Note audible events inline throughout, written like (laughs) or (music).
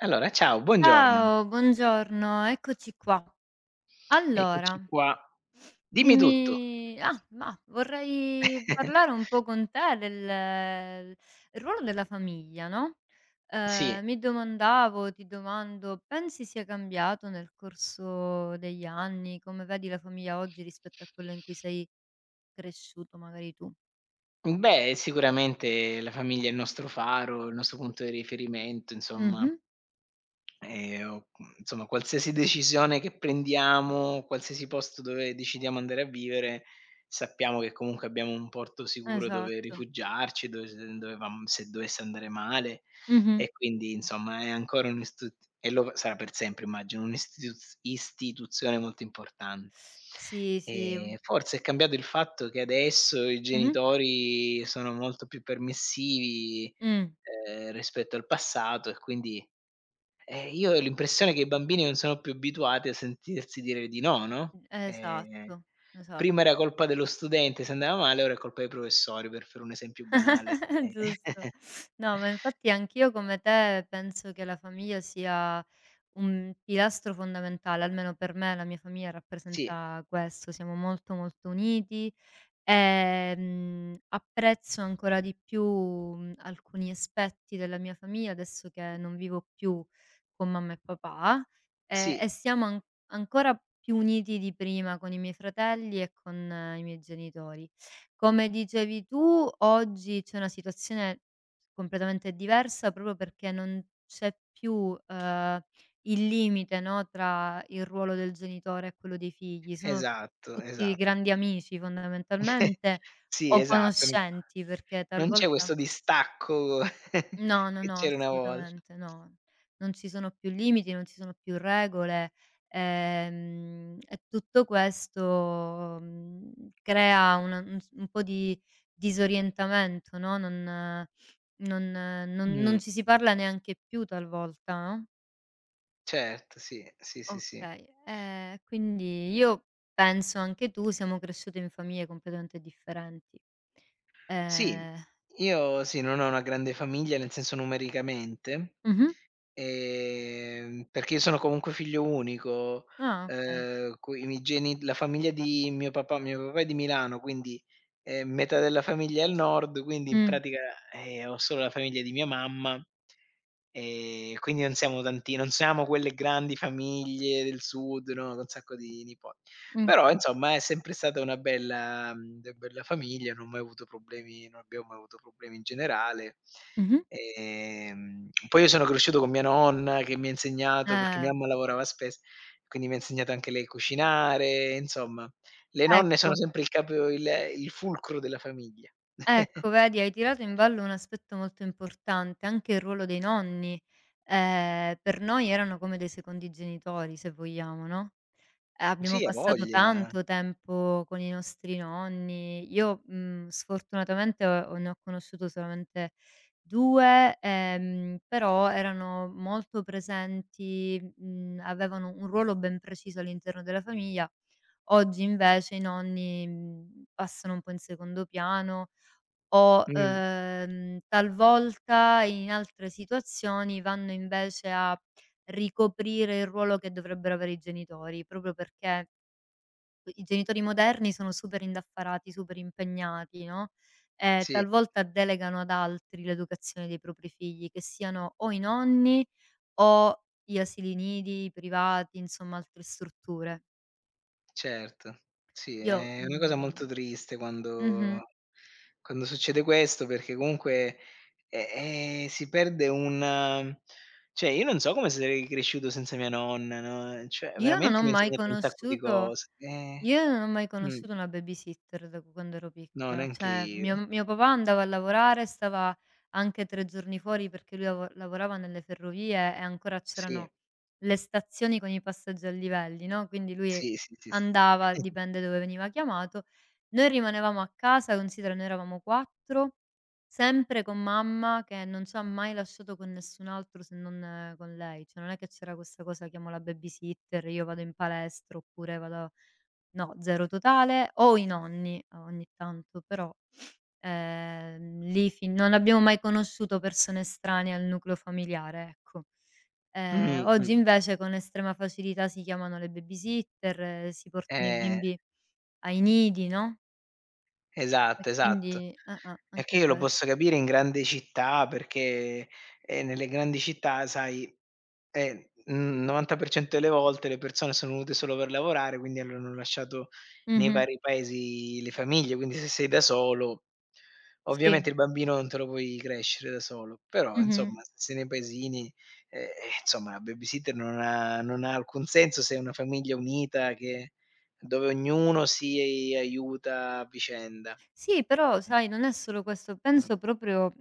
Allora, ciao, buongiorno. Ciao, buongiorno, eccoci qua. Eccoci Allora, qua. Dimmi tutto. dimmi mah, vorrei parlare (laughs) un po' con te del il ruolo della famiglia, no, Sì. Ti domando, pensi sia cambiato nel corso degli anni? Come vedi la famiglia oggi rispetto a quella in cui sei cresciuto magari tu? Mhmm, Beh, sicuramente la famiglia è il nostro faro, il nostro punto di riferimento, Mh-mh, insomma. Insomma qualsiasi decisione che prendiamo, qualsiasi posto dove decidiamo andare a vivere, sappiamo che comunque abbiamo un porto sicuro dove esatto. rifugiarci, dove se dovesse andare male, Mh-mh. e quindi insomma è ancora, un istu e lo sarà per sempre immagino, un'istituz istituzione molto importante. Sì, sì. Forse è cambiato il fatto che adesso i Mh-mh. genitori sono molto più permissivi, Mh, rispetto al passato, e quindi io ho l'impressione che i bambini non sono più abituati a sentirsi dire di no, no. ehm, esatto, Prima esatto. era colpa dello studente se andava male, ora è colpa dei professori, per fare un esempio banale, (laughs) eh. Giusto. (laughs) No, ma infatti anch'io come te penso che la famiglia sia un pilastro fondamentale, almeno per me la mia famiglia Sì, rappresenta questo, siamo molto molto uniti. Apprezzo ancora di più, alcuni aspetti della mia famiglia adesso che non vivo più con mamma e papà, e sì, siamo an ancora più uniti di prima con i miei fratelli e con i miei genitori. Come dicevi tu, oggi c'è una situazione completamente diversa proprio perché non c'è più, il limite, no, tra il ruolo del genitore e quello dei figli. Sono esatto. tutti esa grandi amici (laughs) fondamentalmente Sì, o esatto. N conoscenti, perché non c'è talvolta. questo distacco (laughs) No, no, che no, c'era una volta. assolutamente no. Non ci sono più limiti, non ci sono più regole, e tutto questo, crea una un s un po' di disorientamento, no, non Mh, ci si parla neanche più talvolta, no? certo, sì, sì, sì, sì. Okay, quindi io penso anche tu siamo cresciute in famiglie completamente differenti. Sì, Ehm io sì, non ho una grande famiglia, nel senso numericamente, mh-mh. Perché io sono comunque figlio unico, Ah, okay. Cui i miei geni la famiglia di mio papà è di Milano, quindi, metà della famiglia è al nord, quindi in Mh, pratica, ho solo la famiglia di mia mamma, quindi non siamo tanti, non siamo quelle grandi famiglie del sud, no, con un sacco di nipo mh, però insomma è sempre stata una bella mhmm, de bella famiglia, non ho mai avuto problemi, non abbiamo mai avuto problemi in generale. mh-mh. Poi io sono cresciuto con mia nonna che mi ha insegnato perché mia Eh, mamma lavorava, spes quindi mi ha insegnato anche lei a cucinare, insomma. Le nonne sono ecco, sempre il capo il fulcro della famiglia. (laughs) ecco vedi hai tirato in ballo un aspetto molto importante, anche il ruolo dei nonni. Per noi erano come dei secondi genitori se vogliamo, no? Abbiamo Sì, a passato voglia. tanto tempo con i nostri nonni. Io, sfortunatamente ho ne ho conosciuto solamente 2, però erano molto presenti, avevano un ruolo ben preciso all'interno della famiglia. Oggi invece i nonni, passano un po' in secondo piano, o, Mh, talvolta in altre situazioni vanno invece a ricoprire il ruolo che dovrebbero avere i genitori, proprio perché i genitori moderni sono super indaffarati, super impegnati, no, sì. talvolta delegano ad altri l'educazione dei propri figli, che siano o i nonni o gli asili nidi i privati, insomma altre strutture. Certo, sì, Io è una cosa molto mhmm triste quando Mh-mh. Succede questo, perché comunque, si perde un, cioè io non so come sarei cresciuto senza mia nonna, no, cioè Io non veramente ho mi ha mai insegnato un sacco di conosciuto cose. Io non ho mai mh, conosciuto una babysitter da quando ero no, piccola, neanche cioè mio io. mio papà andava a lavorare, stava anche 3 giorni fuori perché lui lavorava nelle ferrovie e ancora Sì, c'erano le stazioni con i passaggi a livelli, no, quindi lui sì, sì, sì, sì. andava, (laughs) dipende dove veniva chiamato. Noi rimanevamo a casa, considera noi eravamo 4, sempre con mamma che non ci ha mai lasciato con nessun altro se non con lei, cioè non è che c'era questa cosa chiamo la babysitter, io vado in palestra oppure vado no, 0 totale, o i nonni ogni tanto, però, lì fin non abbiamo mai conosciuto persone estranee al nucleo familiare, ecco. Mh, Oggi mh, invece con estrema facilità si chiamano le babysitter, si portano i eh. bimbi ai nidi, no, e Esatto, esatto. quindi E che anche io lo ques posso capire in grande città perché, nelle grandi città sai, n 90% delle volte le persone sono venute solo per lavorare, quindi allora hanno lasciato nei mh-mh, vari paesi le famiglie, quindi se sei da solo ovviamente sì, il bambino non te lo puoi crescere da solo, però insomma mh-mh. se sei nei paesini, ehm, insomma la babysitter non ha alcun senso se è una famiglia unita, che dove ognuno si aiuta a vicenda. Sì, però Eh, sai non è solo questo, mh. penso proprio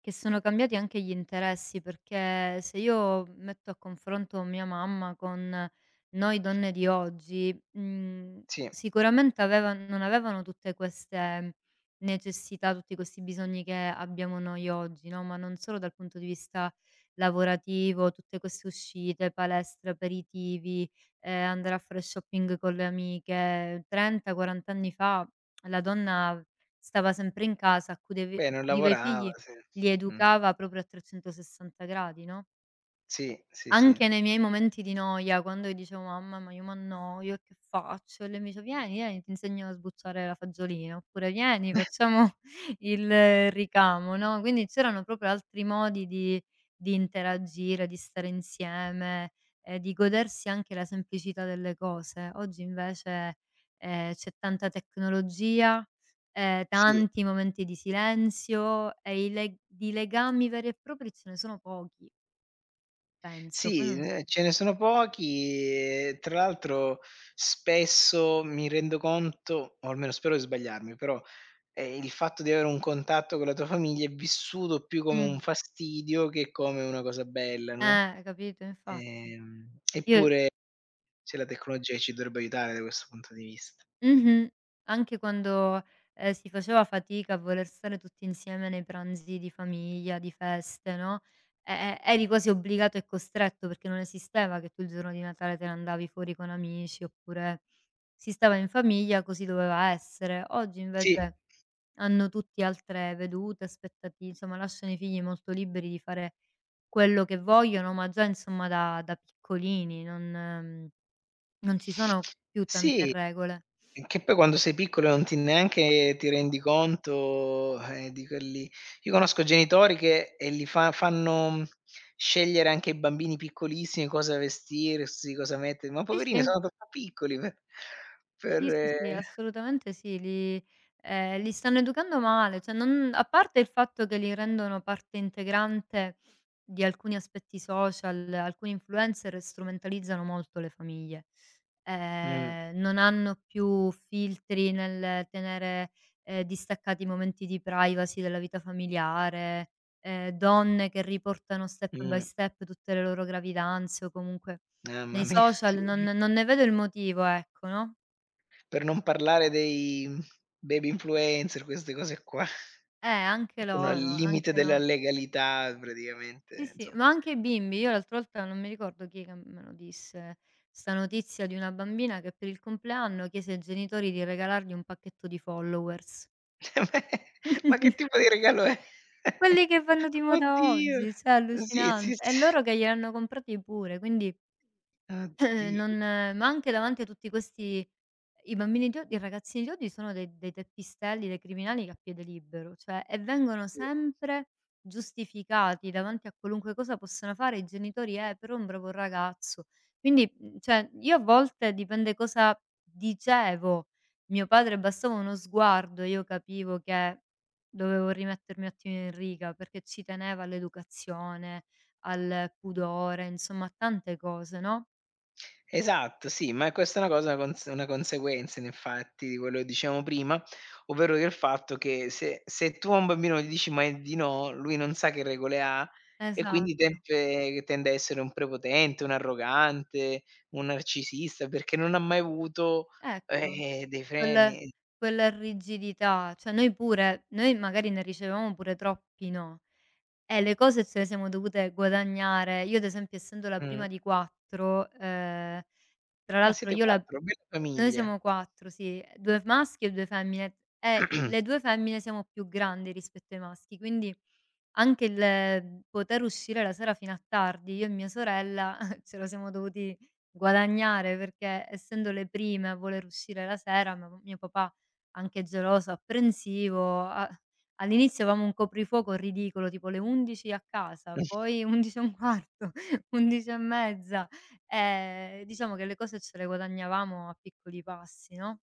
che sono cambiati anche gli interessi, perché se io metto a confronto mia mamma con noi donne di oggi, Sì, sicuramente aveva non avevano tutte queste necessità, tutti questi bisogni che abbiamo noi oggi, no, ma non solo dal punto di vista lavorativo, tutte queste uscite, palestre, aperitivi, andare a fare shopping con le amiche. 30, 40 anni fa la donna stava sempre in casa, accudeve beh, non accudiva i lavorava, figli, sì. li Mh. educava proprio a 360 gradi, no, Sì, sì, sì. anche nei miei momenti di noia, quando io dicevo: "Mamma, ma io m'annoio, e che faccio?" E lei mi diceva: "Vieni, vieni, ti insegno a sbucciare la fagiolina", oppure: "Vieni, facciamo (laughs) il ricamo", no, quindi c'erano proprio altri modi di interagire, di stare insieme, di godersi anche la semplicità delle cose. Oggi invece, c'è tanta tecnologia, Sì, tanti momenti di silenzio e i leg di legami veri e propri ce ne sono pochi, penso, poi sì, non so ce ne sono pochi e tra l'altro spesso mi rendo conto, o almeno spero di sbagliarmi, però, il fatto di avere un contatto con la tua famiglia è vissuto più come Mh. un fastidio che come una cosa bella, no, Capito, infatti. Io eppure, sì, la tecnologia ci dovrebbe aiutare da questo punto di vista. Mh-mh. Anche quando, si faceva fatica a voler stare tutti insieme nei pranzi di famiglia, di feste, no, e eri quasi obbligato e costretto, perché non esisteva che tu il giorno di Natale te ne andavi fuori con amici, oppure si stava in famiglia, così doveva essere. Oggi Sì. invece hanno tutti altre vedute, aspettati insomma lasciano i figli molto liberi di fare quello che vogliono, ma già insomma da piccolini, non ci sono più tante Sì, regole. che poi quando sei piccolo non ti neanche ti rendi conto, di quelli io conosco genitori che e li fa fanno scegliere anche ai bambini piccolissimi cosa vestirsi, cosa mettere, ma Sì, poverini sì. sono troppo piccoli per per Sì, sì, sì, ehm assolutamente sì, li stanno educando male, cioè non a parte il fatto che li rendono parte integrante di alcuni aspetti social, alcuni influencer strumentalizzano molto le famiglie. mh, Non hanno più filtri nel tenere, distaccati i momenti di privacy dalla vita familiare, donne che riportano step by mh. step tutte le loro gravidanze o comunque Mamma nei mia, (laughs) sì, social non ne vedo il motivo, ecco, no? per non parlare dei baby influencer, queste cose qua, Anche che sono al loro, limite anche della lo legalità sì, praticamente, sì, insom ma anche i bimbi. Io l'altra volta non mi ricordo chi che me lo disse, 'sta notizia di una bambina che per il compleanno chiese ai genitori di regalargli un pacchetto di followers. (laughs) Ma che tipo di regalo è? Quelli (laughs) che vanno di moda Oddio. oggi, cioè Sì, sì, allucinante. E sì. loro che gliel'hanno comprati pure, quindi (laughs) Oddio. Non ma anche davanti a tutti questi i ragazzini idioti sono dei teppistelli, dei criminali a piede libero, cioè e vengono sempre giustificati davanti a qualunque cosa possano fare i genitori: però è un bravo ragazzo". Quindi, cioè io a volte dipende cosa dicevo. Mio padre bastava uno sguardo e io capivo che dovevo rimettermi un attimo in riga, perché ci teneva all'educazione, al pudore, insomma a tante cose, no? Esatto, sì, ma questa è una cosa, una conseguenza in effetti di quello che dicevamo prima, ovvero del fatto che se tu a un bambino gli dici mai di no, lui non sa che regole ha e quindi Esatto. tende a essere un prepotente, un arrogante, un narcisista, perché non ha mai avuto, Ecco, dei quel freni. quella rigidità, cioè noi pure noi magari ne ricevevamo pure troppi no, e le cose ce le siamo dovute guadagnare. Io ad esempio essendo la Mh. prima di 4, tra Ah, l'altro siete io la 4, bella noi famiglia. siamo 4, sì, 2 maschi e 2 femmine. E le 2 femmine siamo più grandi rispetto ai maschi, quindi anche il, poter uscire la sera fino a tardi, io e mia sorella (laughs) ce lo siamo dovuti guadagnare, perché essendo le prime a voler uscire la sera, mio papà anche geloso, apprensivo, a all'inizio avevamo un coprifuoco ridicolo, tipo le 11 a casa, (laughs) Mh, poi (laughs) 11 e un quarto, (laughs) 11 e mezza. Diciamo che le cose ce le guadagnavamo a piccoli passi, no,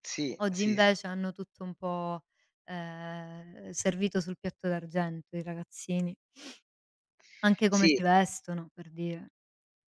sì, oggi sì, sì. invece hanno tutto un po', servito sul piatto d'argento i ragazzini, anche come Sì, si vestono per dire.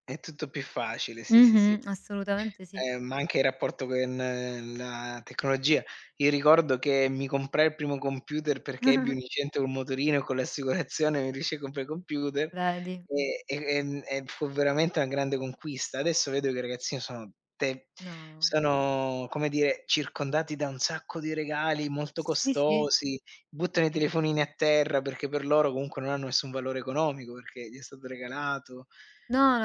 è tutto più facile, sì, sì, sì. Mh-mh, assolutamente sì. Ma anche il rapporto con la tecnologia. Io ricordo che mi comprai il primo computer perché ebbi un (laughs) incidente col motorino e con l'assicurazione mi riuscii a comprare il computer Vedi? e fu veramente una grande conquista. Adesso vedo che i ragazzini sono te No. sono, come dire, circondati da un sacco di regali molto Sì, sì, costosi, sì, buttano i sì. telefonini a terra perché per loro comunque non hanno nessun valore economico, perché gli è stato regalato. No, no,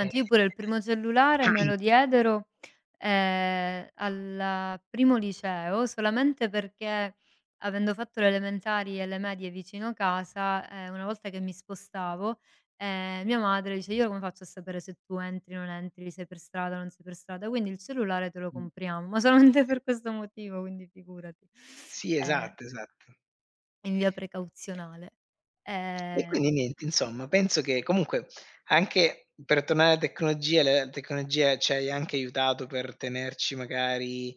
Ehm, Io pure il primo cellulare me lo diedero, al primo liceo, solamente perché avendo fatto le elementari e le medie vicino casa, una volta che mi spostavo, mia madre dice: "Io come faccio a sapere se tu entri, o non entri, sei per strada, o non sei per strada? Quindi il cellulare te lo mh, compriamo." Ma solamente (laughs) (clears throat) sì. per questo motivo, quindi figurati. Sì, Ehm, esatto, esatto. in via precauzionale. E Ehm quindi niente, insomma, penso che comunque anche per tornare alla tecnologia, la tecnologia ci hai anche aiutato per tenerci magari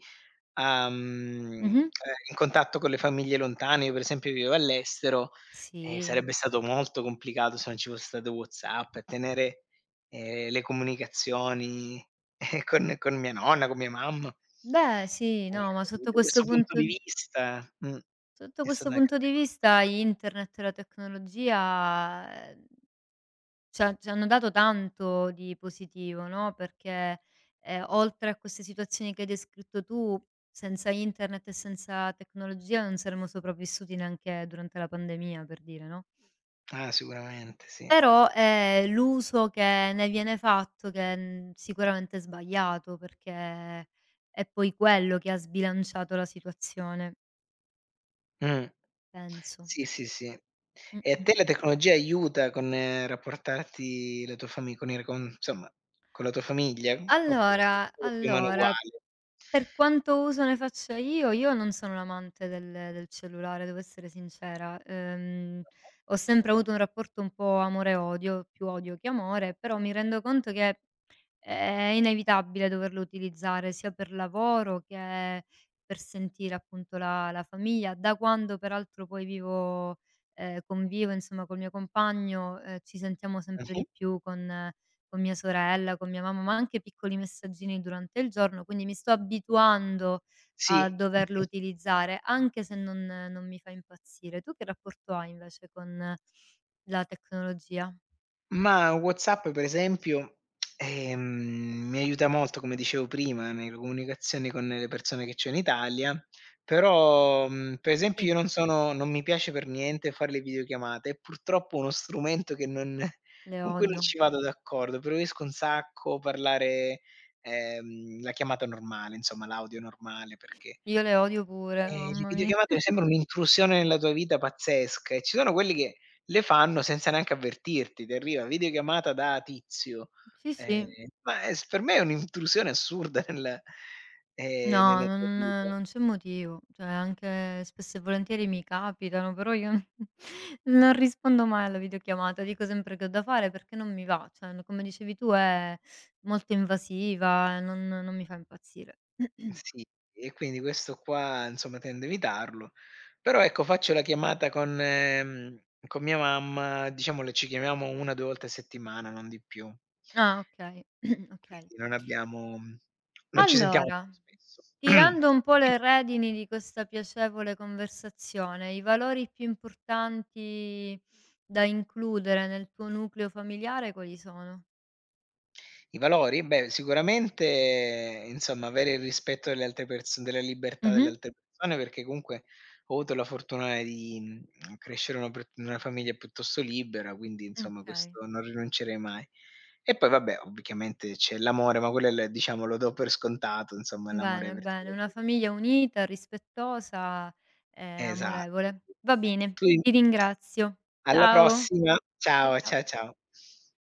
a mhmm, ehm, mh-mh. in contatto con le famiglie lontane. Io per esempio vivo all'estero e Sì. sarebbe stato molto complicato se non ci fosse stato WhatsApp, e tenere, le comunicazioni, con mia nonna, con mia mamma. Beh, sì, no, ma E quindi da questo punto di vista sotto è stata questo una punto grande di cosa. vista internet e la tecnologia, c'ha ci hanno dato tanto di positivo, no, perché, oltre a queste situazioni che hai descritto tu, senza internet e senza tecnologia non saremmo sopravvissuti neanche durante la pandemia, per dire, no, Ah, sicuramente sì. però è l'uso che ne viene fatto che, sicuramente è sbagliato, perché è poi quello che ha sbilanciato la situazione. Mh. Penso. Sì, sì, sì. E a Mh-mh. te la tecnologia aiuta con rapportarti la tua fami con il con insomma, con la tua famiglia? Oppure sei Allora stato più o meno allora, uguale? per quanto uso ne faccia io non sono un amante del cellulare, devo essere sincera. Ho sempre avuto un rapporto un po' amore e odio, più odio che amore, però mi rendo conto che è inevitabile doverlo utilizzare sia per lavoro che per sentire appunto la famiglia. Da quando peraltro poi vivo convivo insomma col mio compagno, ci sentiamo sempre Mh-mh. di più con mia sorella, con mia mamma, ma anche piccoli messaggini durante il giorno, quindi mi sto abituando a Sì. doverlo utilizzare, anche se non mi fa impazzire. Tu che rapporto hai invece con la tecnologia? Ma WhatsApp per esempio, mi aiuta molto, come dicevo prima, nelle comunicazioni con le persone che c'ho in Italia, però, per esempio Sì, io non sono, non mi piace per niente fare le videochiamate, è purtroppo uno strumento che non, le con cui non odio. ci vado d'accordo. Preferisco un sacco parlare, la chiamata normale, insomma l'audio normale perché Io le odio pure, le mamma mia. videochiamate mi sembra (laughs) un'intrusione nella tua vita pazzesca, e ci sono quelli che le fanno senza neanche avvertirti, ti arriva videochiamata da Tizio. Sì, Ehm, sì. ma è s per me è un'intrusione assurda (laughs) No, nella tua non vita. non c'è motivo. Cioè anche spesso e volentieri mi capitano, però io (laughs) non rispondo mai alla videochiamata, dico sempre che ho da fare perché non mi va. Cioè n come dicevi tu è molto invasiva, non mi fa impazzire. (clears throat) Sì, e quindi questo qua, insomma, tendo a evitarlo. Però ecco, faccio la chiamata con mia mamma, diciamo le ci chiamiamo 1, 2 volte a settimana, non di più. Ah, okay, (clears throat) okay. Quindi non abbiamo, non ci sentiamo Allora, spesso. (clears throat) tirando un po' Sì. le redini di questa piacevole conversazione, i valori più importanti da includere nel tuo nucleo familiare quali sono? I valori? Beh, sicuramente, insomma, avere il rispetto delle altre perso della libertà delle Mh-mh. altre persone, perché comunque ho avuto la fortuna di, crescere in una per in una famiglia piuttosto libera, quindi insomma Okay, questo non rinuncerei mai. E poi vabbè, ovviamente c'è l'amore, ma quello è l diciamo lo do per scontato, insomma l'amore bene, verso le bene, una altre per famiglia unita, rispettosa e esatto, amorevole. Va bene, sì. Tu in ti ringrazio. Alla Ciao. prossima. Ciao, Ciao, ciao. ciao.